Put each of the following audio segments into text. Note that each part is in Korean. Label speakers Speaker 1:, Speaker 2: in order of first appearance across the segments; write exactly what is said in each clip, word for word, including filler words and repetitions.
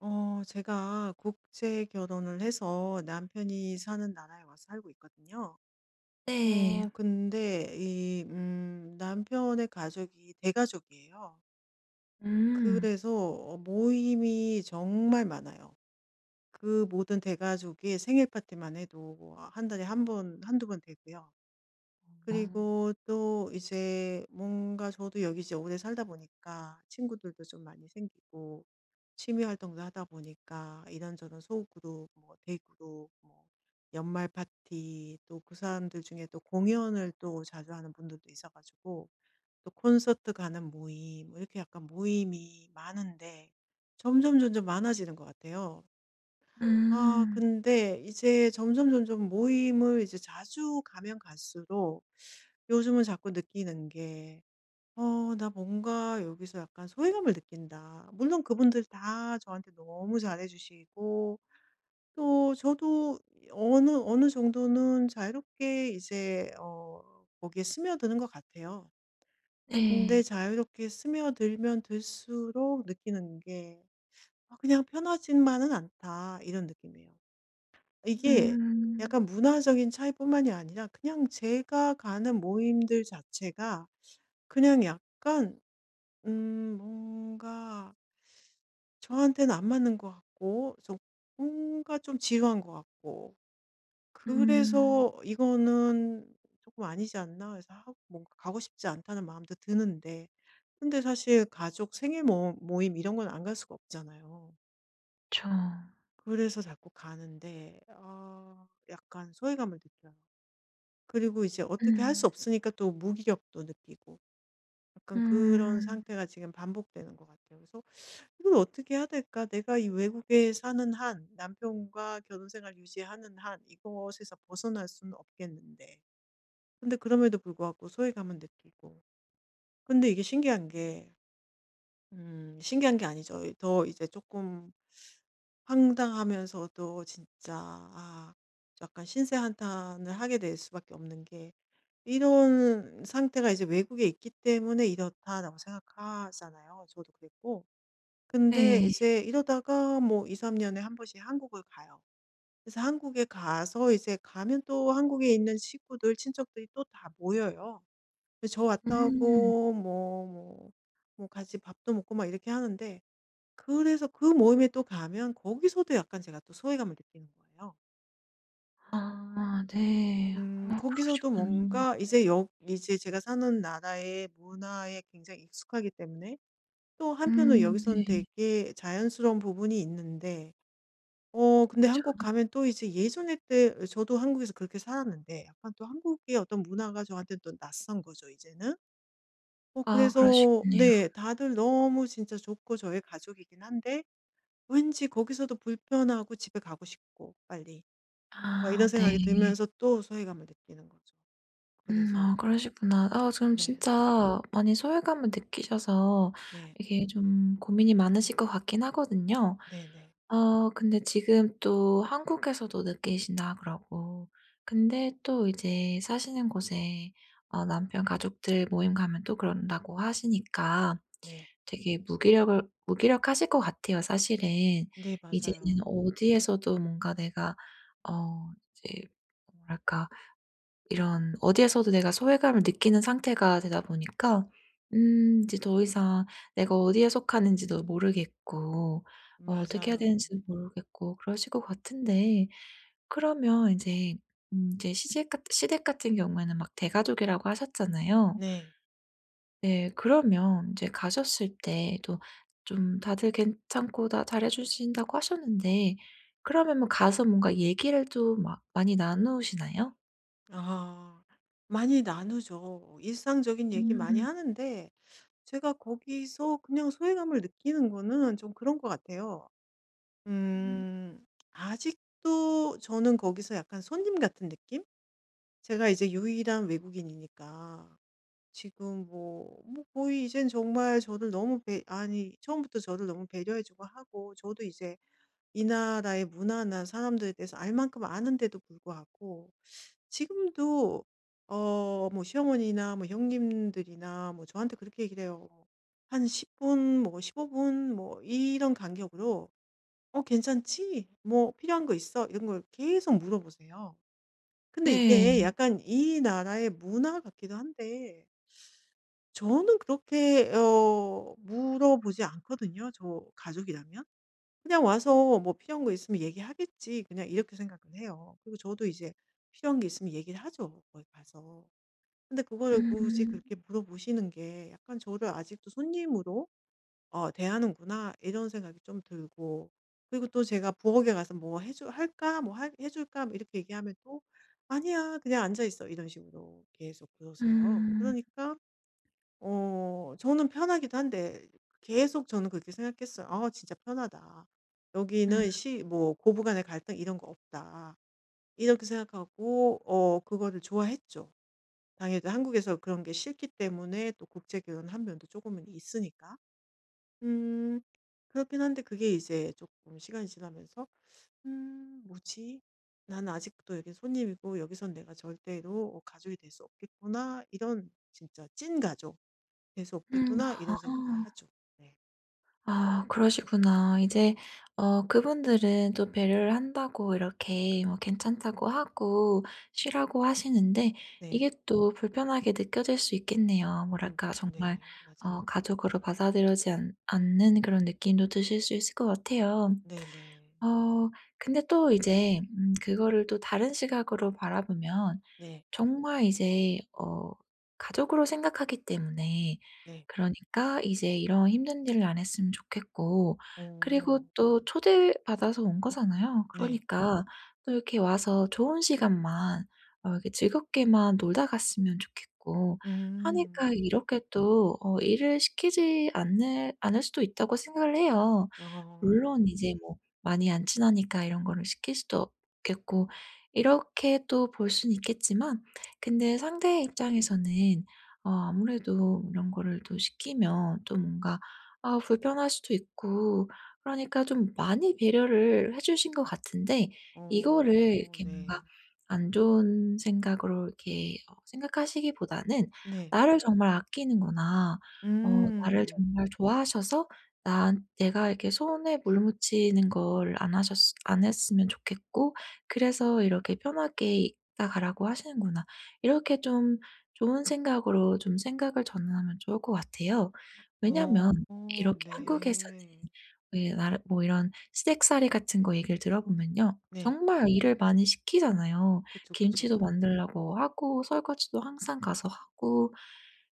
Speaker 1: 어 제가 국제 결혼을 해서 남편이 사는 나라에 와서 살고 있거든요.
Speaker 2: 네.
Speaker 1: 어 근데 이 음 남편의 가족이 대가족이에요.
Speaker 2: 음.
Speaker 1: 그래서 모임이 정말 많아요. 그 모든 대가족의 생일 파티만 해도 뭐 한 달에 한 번 한두 번 되고요.
Speaker 2: 아.
Speaker 1: 그리고 또 이제 뭔가 저도 여기 이제 오래 살다 보니까 친구들도 좀 많이 생기고, 취미 활동도 하다 보니까 이런저런 소그룹, 뭐 대그룹, 뭐 연말 파티, 또 그 사람들 중에 또 공연을 또 자주 하는 분들도 있어가지고 또 콘서트 가는 모임, 뭐 이렇게 약간 모임이 많은데 점점 점점 많아지는 것 같아요. 아
Speaker 2: 음.
Speaker 1: 근데 이제 점점점점 모임을 이제 자주 가면 갈수록 요즘은 자꾸 느끼는 게 '어 나 뭔가 여기서 약간 소외감을 느낀다.' 물론 그분들 다 저한테 너무 잘해 주시고 또 저도 어느 어느 정도는 자유롭게 이제 어 거기에 스며드는 것 같아요.
Speaker 2: 네.
Speaker 1: 근데 자유롭게 스며들면 들수록 느끼는 게 '아 그냥 편하지만은 않다.' 이런 느낌이에요. 이게
Speaker 2: 음.
Speaker 1: 약간 문화적인 차이뿐만이 아니라 그냥 제가 가는 모임들 자체가 그냥 약간 음 뭔가 저한테는 안 맞는 것 같고, 좀 뭔가 좀 지루한 것 같고,
Speaker 2: 음.
Speaker 1: 그래서 '이거는 조금 아니지 않나.' 해서 하- 뭔가 가고 싶지 않다는 마음도 드는데, 근데 사실 가족 생일 모 모임 이런 건 안 갈 수가 없잖아요.
Speaker 2: 그쵸.
Speaker 1: 그래서 자꾸 가는데 아 약간 소외감을 느껴요. 그리고 이제 어떻게 할 수
Speaker 2: 음.
Speaker 1: 없으니까 또 무기력도 느끼고, 약간 그런
Speaker 2: 음.
Speaker 1: 상태가 지금 반복되는 것 같아요. 그래서 '이걸 어떻게 해야 될까? 내가 이 외국에 사는 한, 남편과 결혼 생활 유지하는 한, 이것에서 벗어날 수는 없겠는데.' 근데 그럼에도 불구하고 소외감은 느끼고, 근데 이게 신기한 게, 음 신기한 게 아니죠. 더 이제 조금 황당하면서도 진짜 아 약간 신세 한탄을 하게 될 수밖에 없는 게, 이런 상태가 이제 외국에 있기 때문에 이렇다라고 생각하잖아요. 저도 그랬고. 근데
Speaker 2: 네.
Speaker 1: 이제 이러다가 뭐 이삼 년에 한 번씩 한국을 가요. 그래서 한국에 가서 이제 가면 또 한국에 있는 식구들, 친척들이 또 다 모여요. 그래서 저
Speaker 2: 음.
Speaker 1: 왔다고 뭐 뭐 뭐 같이 밥도 먹고 막 이렇게 하는데, 그래서 그 모임에 또 가면 거기서도 약간 제가 또 소외감을 느끼는 거예요.
Speaker 2: 아 네. 어
Speaker 1: 음 거기서도
Speaker 2: 그러시구나.
Speaker 1: 뭔가 이제 역 이제 제가 사는 나라의 문화에 굉장히 익숙하기 때문에 또 한편으로
Speaker 2: 음 네.
Speaker 1: 여기서는 되게 자연스러운 부분이 있는데, 어 근데
Speaker 2: 그쵸.
Speaker 1: 한국 가면 또 이제 예전에 때 저도 한국에서 그렇게 살았는데 약간 또 한국의 어떤 문화가 저한테 또 낯선 거죠 이제는. 어
Speaker 2: 아
Speaker 1: 그래서
Speaker 2: 그러시겠네요.
Speaker 1: 네, 다들 너무 진짜 좋고 저의 가족이긴 한데 왠지 거기서도 불편하고 집에 가고 싶고 빨리 막
Speaker 2: 아
Speaker 1: 이런
Speaker 2: 네.
Speaker 1: 생각이 들면서 또 소외감을 느끼는 거죠.
Speaker 2: 음
Speaker 1: 그래서.
Speaker 2: 아 그러시구나. 아 지금
Speaker 1: 네.
Speaker 2: 진짜 많이 소외감을 느끼셔서
Speaker 1: 네.
Speaker 2: 이게 좀 고민이 많으실 것 같긴 하거든요.
Speaker 1: 네네.
Speaker 2: 어 근데 지금 또 한국에서도 느끼신다 그러고 근데 또 이제 사시는 곳에 어 남편 가족들 모임 가면 또 그런다고 하시니까
Speaker 1: 네.
Speaker 2: 되게 무기력을 무기력하실 것 같아요 사실은.
Speaker 1: 네,
Speaker 2: 이제는
Speaker 1: 맞아요.
Speaker 2: 어디에서도 뭔가 내가 어 이제 뭐랄까 이런 어디에서도 내가 소외감을 느끼는 상태가 되다 보니까 음 이제 더 이상 내가 어디에 속하는지도 모르겠고 어 어떻게 해야
Speaker 1: 맞아요.
Speaker 2: 되는지도 모르겠고 그러실 것 같은데 그러면 이제 음 이제 시집 같 시댁 같은 경우에는 막 대가족이라고 하셨잖아요.
Speaker 1: 네.
Speaker 2: 네, 그러면 이제 가셨을 때 또 좀 다들 괜찮고 다 잘해 주신다고 하셨는데 그러면 뭐 가서 뭔가 얘기를 좀 막 많이 나누시나요?
Speaker 1: 아. 많이 나누죠. 일상적인 얘기 많이
Speaker 2: 음.
Speaker 1: 하는데 제가 거기서 그냥 소외감을 느끼는 거는 좀 그런 것 같아요.
Speaker 2: 음.
Speaker 1: 음. 아직도 저는 거기서 약간 손님 같은 느낌? 제가 이제 유일한 외국인이니까 지금 뭐 뭐 거의 이젠 정말 저를 너무 배 아니 처음부터 저를 너무 배려해 주고 하고 저도 이제 이 나라의 문화나 사람들에 대해서 알 만큼 아는데도 불구하고 지금도 어 뭐 시어머니나 뭐 형님들이나 뭐 저한테 그렇게 얘기를 해요. 한 십 분 뭐 십오 분 뭐 이런 간격으로 "어 괜찮지? 뭐 필요한 거 있어?" 이런 걸 계속 물어보세요. 근데 이게
Speaker 2: 네.
Speaker 1: 약간 이 나라의 문화 같기도 한데 저는 그렇게 어 물어보지 않거든요, 저 가족이라면. 그냥 와서 뭐 필요한 거 있으면 얘기하겠지. 그냥 이렇게 생각을 해요. 그리고 저도 이제 필요한 게 있으면 얘기를 하죠. 거기 가서. 근데 그거를 굳이
Speaker 2: 음.
Speaker 1: 그렇게 물어보시는 게 약간 저를 아직도 손님으로 어, 대하는구나. 이런 생각이 좀 들고. 그리고 또 제가 부엌에 가서 뭐 해줄, 할까? 뭐 할- 해줄까? 뭐 이렇게 얘기하면 또 아니야. 그냥 앉아있어. 이런 식으로 계속 그러세요.
Speaker 2: 음.
Speaker 1: 그러니까 어 저는 편하기도 한데 계속 저는 그렇게 생각했어요. '아 진짜 편하다. 여기는 시 뭐 고부 간의 갈등 이런 거 없다.' 이렇게 생각하고 어 그거를 좋아했죠. 당연히 한국에서 그런 게 싫기 때문에 또 국제 결혼 한 면도 조금은 있으니까. 음. 그렇긴 한데 그게 이제 조금 시간이 지나면서 '음 뭐지? 나는 아직도 여기 손님이고 여기선 내가 절대로 어 가족이 될 수 없겠구나.' 이런 진짜 찐 가족 '재수
Speaker 2: 음음.
Speaker 1: 없겠구나.'
Speaker 2: 아.
Speaker 1: 이런 생각을 하죠. 네.
Speaker 2: 아 그러시구나. 이제 어 그분들은 또 배려를 한다고 이렇게 뭐 괜찮다고 하고 쉬라고 하시는데
Speaker 1: 네.
Speaker 2: 이게 또 불편하게 느껴질 수 있겠네요.
Speaker 1: 음
Speaker 2: 뭐랄까 정말
Speaker 1: 네.
Speaker 2: 어
Speaker 1: 맞아요.
Speaker 2: 가족으로 받아들여지 않 않는 그런 느낌도 드실 수 있을 것 같아요.
Speaker 1: 네네. 네.
Speaker 2: 어 근데 또 이제 음 그거를 또 다른 시각으로 바라보면
Speaker 1: 네.
Speaker 2: 정말 이제 어 가족으로 생각하기 때문에
Speaker 1: 네,
Speaker 2: 그러니까 이제 이런 힘든 일을 안 했으면 좋겠고 그리고
Speaker 1: 어.
Speaker 2: 또 초대받아서 온 거잖아요.
Speaker 1: 네.
Speaker 2: 그러니까 또 이렇게 와서 좋은 시간만 어 이렇게 즐겁게만 놀다 갔으면 좋겠고 하니까
Speaker 1: 음.
Speaker 2: 이렇게 또 어 일을 시키지 않을 않을 수도 있다고 생각을 해요.
Speaker 1: 아.
Speaker 2: 물론 이제 뭐 많이 안 친하니까 이런 거를 시킬 수도 없겠고 이렇게 또 볼 수는 있겠지만 근데 상대의 입장에서는 어 아무래도 이런 거를 또 시키면 또 뭔가 아 불편할 수도 있고 그러니까 좀 많이 배려를 해 주신 것 같은데
Speaker 1: 어
Speaker 2: 이거를
Speaker 1: 어,
Speaker 2: 이렇게 뭔가
Speaker 1: 네.
Speaker 2: 안 좋은 생각으로 이렇게 어 생각하시기보다는
Speaker 1: 네.
Speaker 2: 나를 정말 아끼는구나. 어 나를
Speaker 1: 음.
Speaker 2: 정말 좋아하셔서 난 내가 이렇게 손에 물 묻히는 걸 안 하셨 안 했으면 좋겠고 그래서 이렇게 편하게 읽다 가라고 하시는구나. 이렇게 좀 좋은 생각으로 좀 생각을 전환하면 좋을 것 같아요.
Speaker 1: 어
Speaker 2: 왜냐면 음.
Speaker 1: 어,
Speaker 2: 이렇게 한국에서는
Speaker 1: 네.
Speaker 2: 왜나뭐 이런 시댁살이 같은 거 얘기를 들어보면요.
Speaker 1: 네.
Speaker 2: 정말 일을 많이 시키잖아요.
Speaker 1: 그쵸, 그쵸.
Speaker 2: 김치도 만들라고 하고 설거지도 항상 가서 하고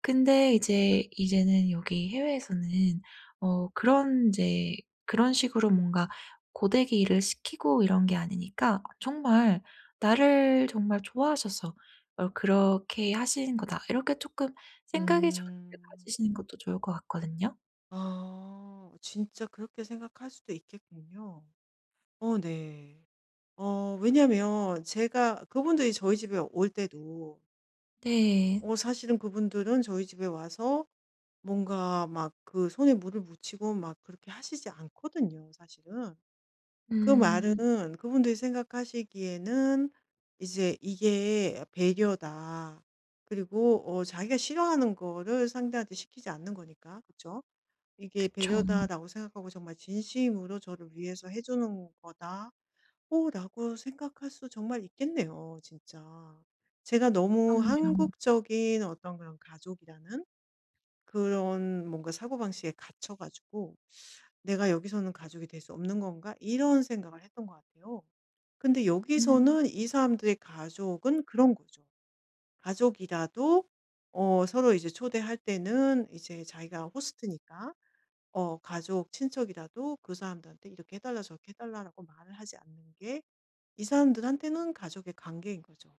Speaker 2: 근데 이제 이제는 여기 해외에서는 어 그런 이제 그런 식으로 뭔가 고데기 일을 시키고 이런 게 아니니까 정말 '나를 정말 좋아하셔서 어 그렇게 하신 거다.' 이렇게 쪼끔 생각이 저렇게
Speaker 1: 음.
Speaker 2: 가지시는 것도 좋을 것 같거든요.
Speaker 1: 아 진짜 그렇게 생각할 수도 있겠군요. 어 네. 어 왜냐면 제가 그분들이 저희 집에 올 때도
Speaker 2: 네.
Speaker 1: 어 사실은 그분들은 저희 집에 와서 뭔가 막 그 손에 물을 묻히고 막 그렇게 하시지 않거든요, 사실은. 그 말은
Speaker 2: 음.
Speaker 1: 그분들이 생각하시기에는 이제 이게 배려다. 그리고 어 자기가 싫어하는 거를 상대한테 시키지 않는 거니까. 그렇죠. 이게
Speaker 2: 그쵸.
Speaker 1: 배려다라고 생각하고 정말 진심으로 저를 위해서 해 주는 거다. 오 라고 생각할 수 정말 있겠네요 진짜. 제가 너무
Speaker 2: 그럼요.
Speaker 1: 한국적인 어떤 그런 가족이라는 그런 뭔가 사고방식에 갇혀 가지고 '내가 여기서는 가족이 될 수 없는 건가?' 이런 생각을 했던 것 같아요. 근데
Speaker 2: 음.
Speaker 1: 여기서는 이 사람들의 가족은 그런 거죠. 가족이라도 어 서로 이제 초대할 때는 이제 자기가 호스트니까 어 가족, 친척이라도 그 사람들한테 "이렇게 해 달라, 저렇게 해 달라."라고 말을 하지 않는 게 이 사람들한테는 가족의 관계인 거죠.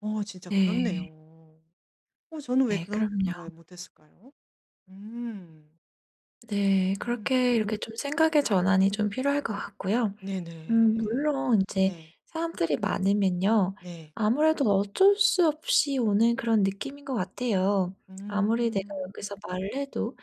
Speaker 1: 어 진짜
Speaker 2: 네.
Speaker 1: 그렇네요. 어 저는 왜
Speaker 2: 네.
Speaker 1: 그런
Speaker 2: 그럼요.
Speaker 1: 생각을 못 했을까요? 음.
Speaker 2: 네.
Speaker 1: 음.
Speaker 2: 그렇게 이렇게 좀 생각의 전환이 좀 필요할 것 같고요. 음
Speaker 1: 네네.
Speaker 2: 물론 이제
Speaker 1: 네.
Speaker 2: 사람들이 많으면요.
Speaker 1: 네.
Speaker 2: 아무래도 어쩔 수 없이 오는 그런 느낌인 것 같아요.
Speaker 1: 음.
Speaker 2: 아무리 내가
Speaker 1: 음,
Speaker 2: 여기서 말을 해도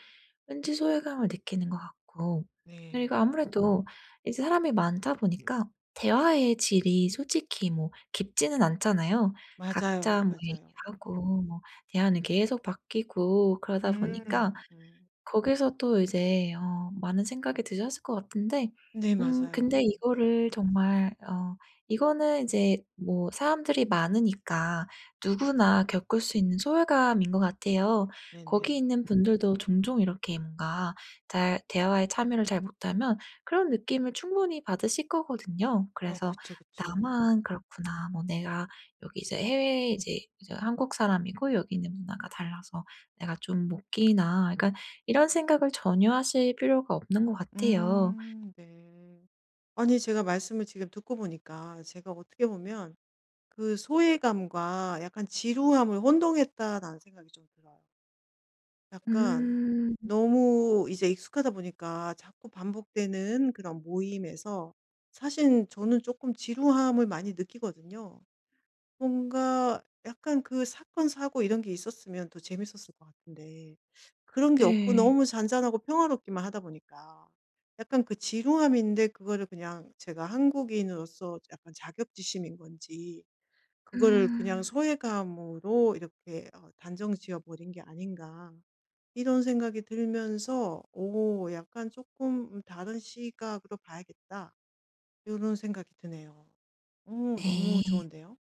Speaker 2: 왠지 소외감을 느끼는 것 같고.
Speaker 1: 네.
Speaker 2: 그리고 아무래도 이제 사람이 많다 보니까 대화의 질이 솔직히 뭐 깊지는 않잖아요. 각자
Speaker 1: 맞아요,
Speaker 2: 뭐
Speaker 1: 맞아요.
Speaker 2: 얘기하고 뭐 대화는 계속 바뀌고 그러다 보니까
Speaker 1: 음. 음.
Speaker 2: 거기서 또 이제 어 많은 생각이 드셨을 것 같은데
Speaker 1: 네
Speaker 2: 음 근데
Speaker 1: 맞아요.
Speaker 2: 네, 이거를 정말 어 이거는 이제 뭐 사람들이 많으니까 누구나 겪을 수 있는 소외감인 것 같아요. 거기
Speaker 1: 네네.
Speaker 2: 있는 분들도 종종 이렇게 뭔가 잘 대화에 참여를 잘 못하면 그런 느낌을 충분히 받으실 거거든요.
Speaker 1: 어
Speaker 2: 그래서
Speaker 1: 그쵸, 그쵸.
Speaker 2: '나만 그렇구나. 뭐 내가 여기 이제 해외에 이제 이제 한국 사람이고 여기 있는 문화가 달라서 내가 좀 못 끼나.' 그러니까 이런 생각을 전혀 하실 필요가 없는 것 같아요.
Speaker 1: 음 네. 아니 제가 말씀을 지금 듣고 보니까 제가 어떻게 보면 그 '소외감과 약간 지루함을 혼동했다.'라는 생각이 좀 들어요. 약간
Speaker 2: 음.
Speaker 1: 너무 이제 익숙하다 보니까 자꾸 반복되는 그런 모임에서 사실 저는 조금 지루함을 많이 느끼거든요. 뭔가 약간 그 사건 사고 이런 게 있었으면 더 재밌었을 것 같은데 그런 게 없고
Speaker 2: 네.
Speaker 1: 너무 잔잔하고 평화롭기만 하다 보니까 약간 그 지루함인데, 그거를 그냥 제가 한국인으로서 약간 자격지심인 건지, 그거를 그냥
Speaker 2: 음.
Speaker 1: 소외감으로 이렇게 어 단정 지어 버린 게 아닌가, 이런 생각이 들면서 '오 약간 조금 다른 시각으로 봐야겠다.' 이런 생각이 드네요. 오 너무
Speaker 2: 네.
Speaker 1: 좋은데요.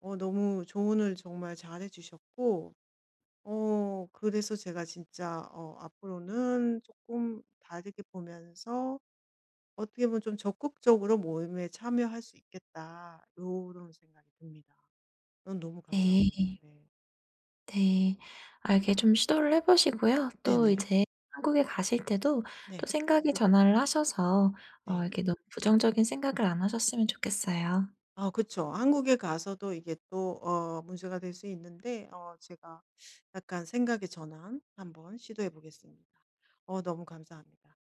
Speaker 1: 어 너무 조언을 정말 잘해 주셨고, 어 그래서 제가 진짜 어 앞으로는 조금 다르게 보면서 어떻게 보면 좀 '적극적으로 모임에 참여할 수 있겠다.' 이런 생각이 듭니다. 어 너무
Speaker 2: 네.
Speaker 1: 감사합니다. 네.
Speaker 2: 네. 아 이게 좀 시도를 해 보시고요. 또
Speaker 1: 네네.
Speaker 2: 이제 한국에 가실 때도 또
Speaker 1: 네.
Speaker 2: 생각의 전환을 하셔서 어
Speaker 1: 네.
Speaker 2: 이렇게 너무 부정적인 생각을 안 하셨으면 좋겠어요.
Speaker 1: 아 그쵸. 한국에 가서도 이게 또 어 문제가 될 수 있는데 어 제가 약간 생각의 전환 한번 시도해 보겠습니다. 어 너무 감사합니다.